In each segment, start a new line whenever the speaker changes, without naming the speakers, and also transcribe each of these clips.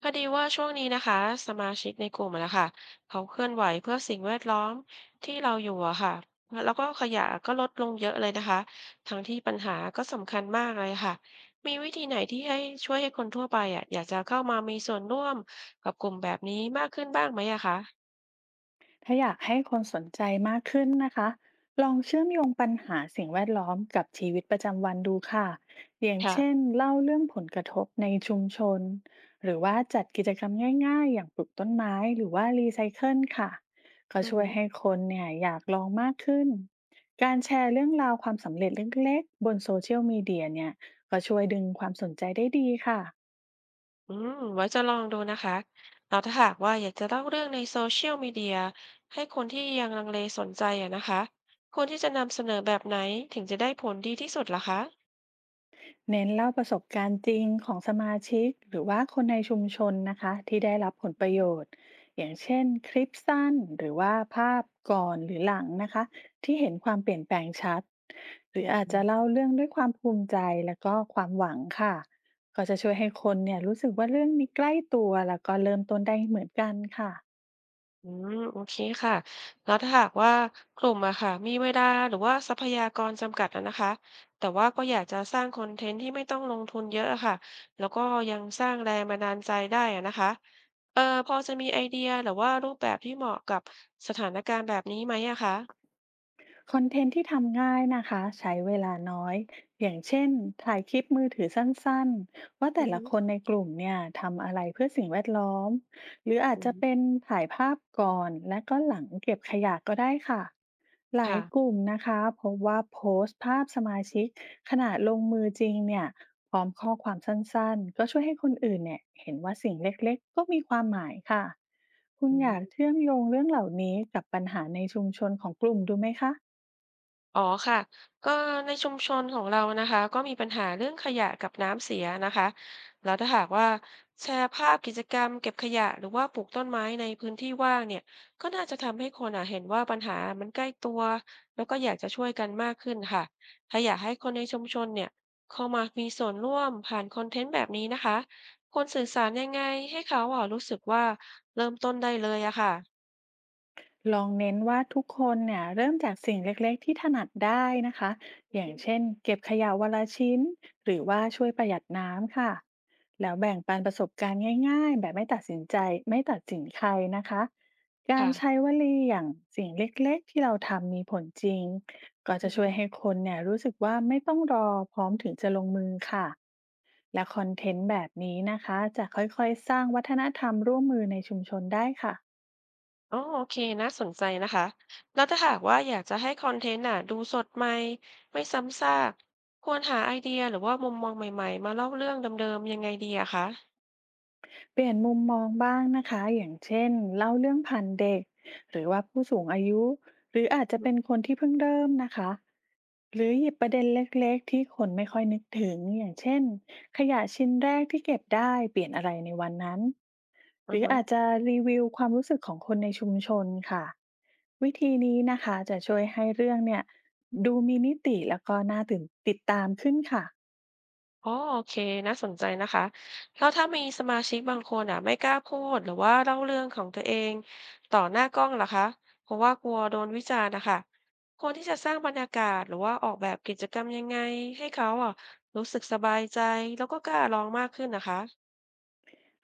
พอดีว่าช่วงนี้นะคะสมาชิกในกลุ่มอะนะคะเขาเคลื่อนไหวเพื่อสิ่งแวดล้อมที่เราอยู่อะค่ะแล้วก็ขยะก็ลดลงเยอะเลยนะคะทั้งที่ปัญหาก็สำคัญมากเลยค่ะมีวิธีไหนที่ให้ช่วยให้คนทั่วไปอะอยากจะเข้ามามีส่วนร่วมกับกลุ่มแบบนี้มากขึ้นบ้างไหมอะคะ
ถ้าอยากให้คนสนใจมากขึ้นนะคะ ลองเชื่อมโยงปัญหาสิ่งแวดล้อมกับชีวิตประจำวันดูค่ะอย่างเช่น
ค่ะ
เล่าเรื่องผลกระทบในชุมชน หรือว่าจัดกิจกรรมง่ายๆอย่างปลูกต้นไม้หรือว่ารีไซเคิลค่ะ ก็
อื
ช่วย
ม
ให้คนเนี่ยอยากลองมากขึ้น การแชร์เรื่องราวความสำเร็จเล็กๆบนโซเชียลมีเดียเนี่ย ก็ช่วยดึงความสนใจได้ดีค่ะ
อืมไว้จะลองดูนะคะเราวถ้าหากว่าอยากจะเล่าเรื่องในโซเชียลมีเดียให้คนที่ยังลังเลสนใจอะนะคะควรที่จะนำเสนอแบบไหนถึงจะได้ผลดีที่สุดล่ะคะ
เน้นเล่าประสบการณ์จริงของสมาชิกหรือว่าคนในชุมชนนะคะที่ได้รับผลประโยชน์อย่างเช่นคลิปสั้นหรือว่าภาพก่อนหรือหลังนะคะที่เห็นความเปลี่ยนแปลงชัดหรืออาจจะเล่าเรื่องด้วยความภูมิใจแล้วก็ความหวังค่ะก็จะช่วยให้คนเนี่ยรู้สึกว่าเรื่องนี้ใกล้ตัวแล้วก็เริ่มต้นได้เหมือนกันค่ะ
อืมโอเคค่ะแล้วถ้าหากว่ากลุ่มอะค่ะมีเวลาหรือว่าทรัพยากรจำกัดอะนะคะ แต่ว่าก็อยากจะสร้างคอนเทนต์ที่ไม่ต้องลงทุนเยอะอะค่ะ แล้วก็ยังสร้างแรงบันดาลใจได้อะนะคะเออพอจะมีไอเดียหรือว่ารูปแบบที่เหมาะกับสถานการณ์แบบนี้ไหมอะคะ
คอนเทนต์ที่ทำง่ายนะคะใช้เวลาน้อยอย่างเช่นถ่ายคลิปมือถือสั้นๆว่า
อื
แต่ละคน
ม
ในกลุ่มเนี่ยทำอะไรเพื่อสิ่งแวดล้อมหรืออา
อื
จจะเป็
ม
นถ่ายภาพก่อนและก็หลังเก็บขยะก็ได้ค่ะหลา
ค่ะ
ยกลุ่มนะคะพบว่าโพสต์ภาพสมาชิกขณะลงมือจริงเนี่ยพร้อมข้อความสั้นๆก็ช่วยให้คนอื่นเนี่ยเห็นว่าสิ่งเล็กๆก็มีความหมายค่ะคุณ
อื
อยาก
ม
เชื่อมโยงเรื่องเหล่านี้กับปัญหาในชุมชนของกลุ่มดูไหมคะ
อ๋อค่ะก็ในชุมชนของเรานะคะก็มีปัญหาเรื่องขยะกับน้ำเสียนะคะแล้วถ้าหากว่าแชร์ภาพกิจกรรมเก็บขยะหรือว่าปลูกต้นไม้ในพื้นที่ว่างเนี่ยก็น่าจะทำให้คนอ่ะเห็นว่าปัญหามันใกล้ตัว แล้วก็อยากจะช่วยกันมากขึ้นค่ะถ้าอยากให้คนในชุมชนเนี่ยเข้ามามีส่วนร่วมผ่านคอนเทนต์แบบนี้นะคะควรสื่อสารยังไงให้เขาอ่ะรู้สึกว่าเริ่มต้นได้เลยอะค่ะ
ลองเน้นว่าทุกคนเนี่ยเริ่มจากสิ่งเล็กๆที่ถนัดได้นะคะอย่างเช่นเก็บขยะวันละชิ้นหรือว่าช่วยประหยัดน้ำค่ะแล้วแบ่งปันประสบการณ์ง่ายๆแบบไม่ตัดสินใจไม่ตัดสินใครนะคะการ
ค่ะ
ใช้วลีอย่างสิ่งเล็กๆที่เราทำมีผลจริงก็จะช่วยให้คนเนี่ยรู้สึกว่าไม่ต้องรอพร้อมถึงจะลงมือค่ะและคอนเทนต์แบบนี้นะคะจะค่อยๆสร้างวัฒนธรรมร่วมมือในชุมชนได้ค่ะ
อ๋อโอเคน่าสนใจนะคะแล้วถ้าหากว่าอยากจะให้คอนเทนต์น่ะดูสดใหม่ไม่ซ้ำซากควรหาไอเดียหรือว่ามุมมองใหม่ๆมาเล่าเรื่องเดิมๆยังไงดีอะคะ
เปลี่ยนมุมมองบ้างนะคะอย่างเช่นเล่าเรื่องผ่านเด็กหรือว่าผู้สูงอายุหรืออาจจะ
อืม
เป็นคนที่เพิ่งเริ่มนะคะหรือหยิบประเด็นเล็กๆที่คนไม่ค่อยนึกถึงอย่างเช่นขยะชิ้นแรกที่เก็บได้เปลี่ยนอะไรในวันนั้น
อ
ห
อ
รือ
ฮะ
อาจจะรีวิวความรู้สึกของคนในชุมชนค่ะวิธีนี้นะคะจะช่วยให้เรื่องเนี่ยดูมีมิติแล้วก็น่าตื่นติดตามขึ้นค่ะ
อ๋อโอเคน่าสนใจนะคะแล้วถ้ามีสมาชิกบางคนอ่ะไม่กล้าพูดหรือว่าเล่าเรื่องของตัวเองต่อหน้ากล้องล่ะคะเพราะว่ากลัวโดนวิจารณ์นะค่ะควรที่จะสร้างบรรยากาศหรือว่าออกแบบกิจกรรมยังไงให้เขาอะรู้สึกสบายใจแล้วก็กล้าลองมากขึ้นนะคะ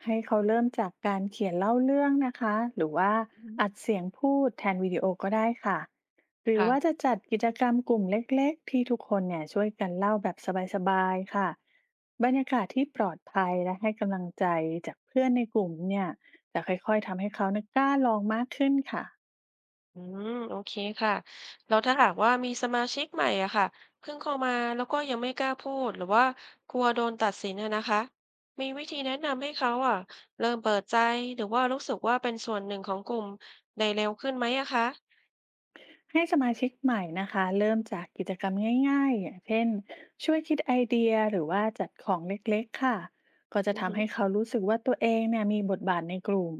ให้เขาเริ่มจากการเขียนเล่าเรื่องนะคะหรือว่า
อื
อัด
ม
เสียงพูดแทนวิดีโอก็ได้ค่ะหรือว่า
ค่ะ
จะจัดกิจกรรมกลุ่มเล็กๆที่ทุกคนเนี่ยช่วยกันเล่าแบบสบายๆค่ะบรรยากาศที่ปลอดภัยและให้กำลังใจจากเพื่อนในกลุ่มเนี่ยจะค่อยๆทำให้เขาเนี่ยกล้าลองมากขึ้นค่ะ
อืมโอเคค่ะแล้วถ้าหากว่ามีสมาชิกใหม่อะค่ะเพิ่งเข้ามาแล้วก็ยังไม่กล้าพูดหรือว่ากลัวโดนตัดสินอะนะคะมีวิธีแนะนำให้เขาอะเริ่มเปิดใจหรือว่ารู้สึกว่าเป็นส่วนหนึ่งของกลุ่มได้เร็วขึ้นไหมอะคะ
ให้สมาชิกใหม่นะคะเริ่มจากกิจกรรมง่ายๆอย่างเช่นช่วยคิดไอเดียหรือว่าจัดของเล็กๆค่ะก็จะ
อือฮึ
ทำให้เขารู้สึกว่าตัวเองเนี่ยมีบทบาทในกลุ่ม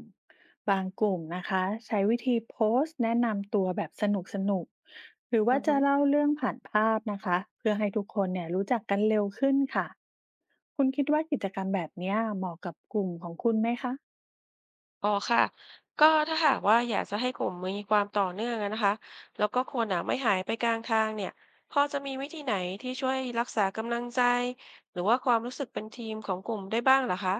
บางกลุ่มนะคะใช้วิธีโพสต์แนะนำตัวแบบสนุกๆหรือ
อื
ว่า
อฮึ
จะเล่าเรื่องผ่านภาพนะคะเพื่อให้ทุกคนเนี่ยรู้จักกันเร็วขึ้นค่ะคุณคิดว่ากิจกรรมแบบเนี้ยเหมาะกับกลุ่มของคุณไหมคะ
อ๋อค่ะก็ถ้าหากว่าอยากจะให้กลุ่มมีความต่อเนื่องอะนะคะแล้วก็คนอะไม่หายไปกลางทางเนี่ยพอจะมีวิธีไหนที่ช่วยรักษากำลังใจหรือว่าความรู้สึกเป็นทีมของกลุ่มได้บ้างเหรอคะ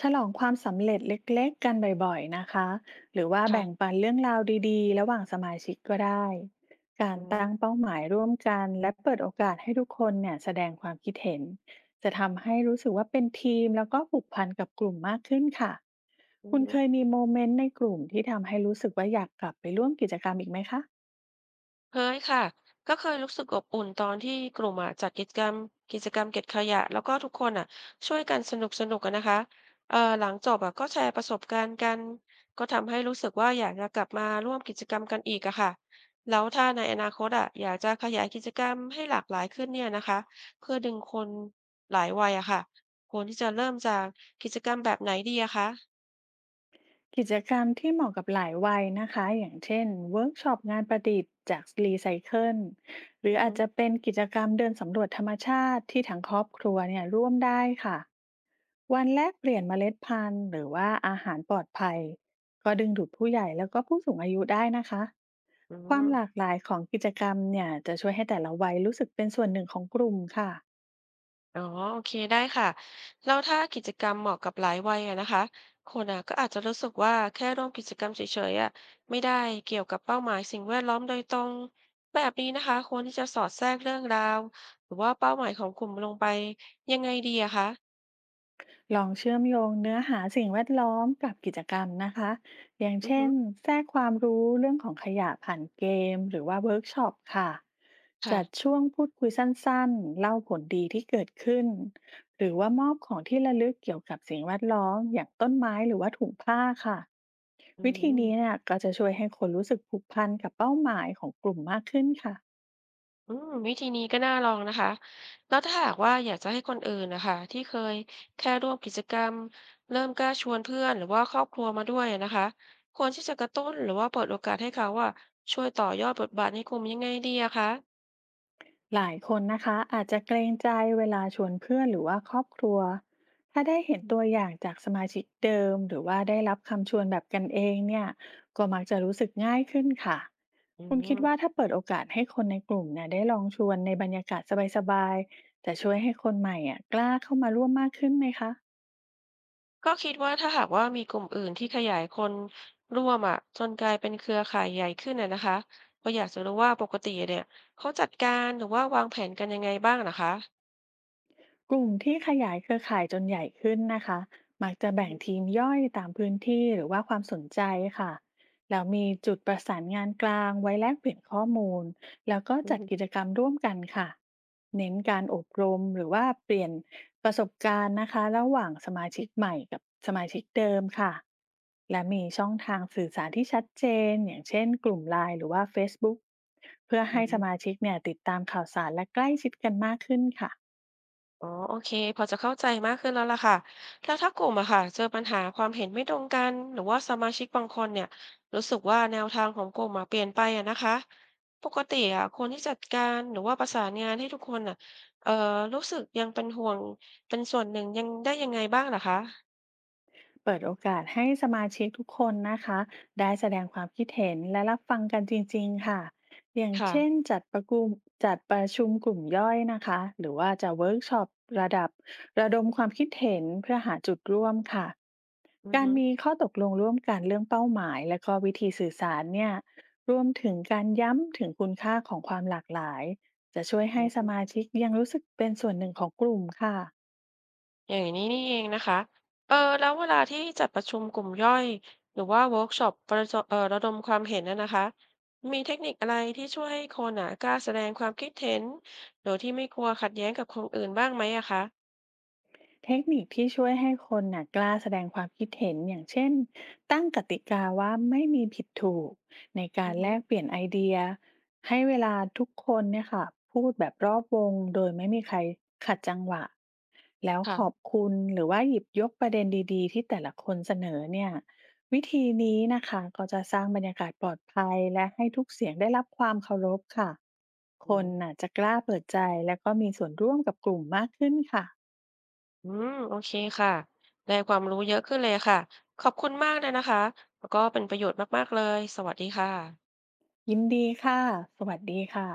ฉลองความสำเร็จเล็กๆกันบ่อยๆนะคะหรือว่าแบ่ง
ค่ะ
ปันเรื่องราวดีๆระหว่างสมาชิกก็ได้ กา
อื
รตั้ง
ม
เป้าหมายร่วมกันและเปิดโอกาสให้ทุกคนเนี่ยแสดงความคิดเห็นจะทำให้รู้สึกว่าเป็นทีมแล้วก็ผูกพันกับกลุ่มมากขึ้นค่ะ
อือ
คุณ
ฮึ
เคยมีโมเมนต์ในกลุ่มที่ทำให้รู้สึกว่าอยากกลับไปร่วมกิจกรรมอีกไหมคะ
เคยค่ะก็เคยรู้สึกอบอุ่นตอนที่กลุ่มอะจัดกิจกรรมเก็บขยะแล้วก็ทุกคนอ่ะช่วยกันสนุกๆกกันนะคะหลังจบอะก็แชร์ประสบการณ์กันก็ทำให้รู้สึกว่าอยากจะกลับมาร่วมกิจกรรมกันอีกอะค่ะแล้วถ้าในอนาคตอะอยากจะขยายกิจกรรมให้หลากหลายขึ้นเนี่ยนะคะเพื่อดึงคนหลายวัยอะค่ะควรที่จะเริ่มจากกิจกรรมแบบไหนดีอะคะ
กิจกรรมที่เหมาะกับหลายวัยนะคะอย่างเช่นเวิร์กช็อปงานประดิษฐ์จากรีไซเคิลหรือ
อือ
อาจ
ฮึ
จะเป็นกิจกรรมเดินสำรวจธรรมชาติที่ทั้งครอบครัวเนี่ยร่วมได้ค่ะวันแลกเปลี่ยนเมล็ดพันธุ์หรือว่าอาหารปลอดภัยก็ดึงดูดผู้ใหญ่แล้วก็ผู้สูงอายุได้นะคะ
อื
ความหลาก
ม
หลายของกิจกรรมเนี่ยจะช่วยให้แต่ละวัยรู้สึกเป็นส่วนหนึ่งของกลุ่มค่ะ
อ๋อโอเคได้ค่ะแล้วถ้ากิจกรรมเหมาะกับหลายวัยอะนะคะคนอะก็อาจจะรู้สึกว่าแค่ร่วมกิจกรรมเฉยๆอะไม่ได้เกี่ยวกับเป้าหมายสิ่งแวดล้อมโดยตรงแบบนี้นะคะควรที่จะสอดแทรกเรื่องราวหรือว่าเป้าหมายของกลุ่มลงไปยังไงดีอะคะ
ลองเชื่อมโยงเนื้อหาสิ่งแวดล้อมกับกิจกรรมนะคะอย่าง
อือ
เช่
ฮึ
นแทรกความรู้เรื่องของขยะผ่านเกมหรือว่าเวิร์กช็อปค่ะ
ค่ะ
จัดช่วงพูดคุยสั้นๆ เล่าผลดีที่เกิดขึ้น หรือว่ามอบของที่ระลึกเกี่ยวกับสิ่งแวดล้อมอย่างต้นไม้หรือว่าถุงผ้าค่ะ
อื
วิธีนี้
ม
เนี่ยก็จะช่วยให้คนรู้สึกผูกพันกับเป้าหมายของกลุ่มมากขึ้นค่ะ
อืมวิธีนี้ก็น่าลองนะคะแล้วถ้าหากว่าอยากจะให้คนอื่นนะคะที่เคยแค่ร่วมกิจกรรมเริ่มกล้าชวนเพื่อนหรือว่าครอบครัวมาด้วยนะคะควรที่จะกระตุ้นหรือว่าเปิดโอกาสให้เขาว่าช่วยต่อยอดบทบาทให้กลุ่มยังไงดีอะคะ
หลายคนนะคะอาจจะเกรงใจเวลาชวนเพื่อนหรือว่าครอบครัวถ้าได้เห็น
อื
ตัว
ม
อย่างจากสมาชิกเดิมหรือว่าได้รับคำชวนแบบกันเองเนี่ยก็มักจะรู้สึกง่ายขึ้นค่ะคุณคิดว่าถ้าเปิดโอกาสให้คนในกลุ่มเนี่ยได้ลองชวนในบรรยากาศสบายๆจะช่วยให้คนใหม่อ่ะกล้าเข้ามาร่วมมากขึ้นไหมคะ
ก็คิดว่าถ้าหากว่ามีกลุ่มอื่นที่ขยายคนร่วมอะจนกลายเป็นเครือข่ายใหญ่ขึ้นอะนะคะก็อยากจะรู้ว่าปกติเนี่ยเขาจัดการหรือว่าวางแผนกันยังไงบ้างนะคะ
กลุ่มที่ขยายเครือข่ายจนใหญ่ขึ้นนะคะมักจะ
อื
แบ่ง
ม
ทีมย่อยตามพื้นที่หรือว่าความสนใจค่ะแล้วมีจุดประสานงานกลางไว้แลกเปลี่ยนข้อมูลแล้วก็จัดกิจกรรมร่วมกันค่ะเน้นการอบรมหรือว่าเปลี่ยนประสบการณ์นะคะระหว่างสมาชิกใหม่กับสมาชิกเดิมค่ะและมีช่องทางสื่อสารที่ชัดเจนอย่างเช่นกลุ่ม l i น์หรือว่าเฟ c บุ o กเพื่อ
อื
ให้ส
ม
มาชิกเนี่ยติดตามข่าวสารและใกล้ชิดกันมากขึ้นค่ะ
อ๋อโอเคพอจะเข้าใจมากขึ้นแล้วล่ะค่ะแล้วถ้ากลุ่มอะค่ะเจอปัญหาความเห็นไม่ตรงกันหรือว่าสมาชิกบางคนเนี่ยรู้สึกว่าแนวทางของกลุ่มอะเปลี่ยนไปอะนะคะปกติอะคนที่จัดการหรือว่าประสานงานให้ทุกคนอะเอ่อรู้สึกยังเป็นห่วงเป็นส่วนหนึ่งยังได้ยังไงบ้างนหคะ
เปิดโอกาสให้สมาชิกทุกคนนะคะได้แสดงความคิดเห็นและรับฟังกันจริงๆค่ะอย่างเช่น
ค่ะ
จัดประชุมกลุ่มย่อยนะคะหรือว่าจะเวิร์กช็อประดับระดมความคิดเห็นเพื่อหาจุดร่วมค่ะ
อือ
กา
ฮ
รมีข้อตกลงร่วมกันเรื่องเป้าหมายและก็วิธีสื่อสารเนี่ยรวมถึงการย้ำถึงคุณค่าของความหลากหลายจะช่วยให้ส
ึ
มาชิกยังรู้สึกเป็นส่วนหนึ่งของกลุ่มค่ะ
อย่างนี้นี่เองนะคะเออแล้วเวลาที่จัดประชุมกลุ่มย่อยหรือว่าเวิร์กช็อปประจเอ่อระดมความเห็นนะนะคะ มีเทคนิคอะไรที่ช่วยให้คนอ่ะกล้าแสดงความคิดเห็นโดยที่ไม่กลัวขัดแย้งกับคนอื่นบ้างไหมอะคะ
เทคนิคที่ช่วยให้คนน่ะกล้าแสดงความคิดเห็นอย่างเช่นตั้งกติกาว่าไม่มีผิดถูกในกา
อื
ร
อ
แล
ฮึ
กเปลี่ยนไอเดียให้เวลาทุกคนเนี่ยค่ะพูดแบบรอบวงโดยไม่มีใครขัดจังหวะแล้ว
ค่ะ
ขอบคุณหรือว่าหยิบยกประเด็นดีๆที่แต่ละคนเสนอเนี่ยวิธีนี้นะคะก็จะสร้างบรรยากาศปลอดภัยและให้ทุกเสียงได้รับความเคารพค่ะ
อื
คน
ม
น่ะจะกล้าเปิดใจและก็มีส่วนร่วมกับกลุ่มมากขึ้นค่ะ
อืมโอเคค่ะได้ความรู้เยอะขึ้นเลยค่ะ ขอบคุณมากเลยนะคะแล้วก็เป็นประโยชน์มากๆเลย สวัสดีค่ะ
ยินดีค่ะ สวัสดีค่ะ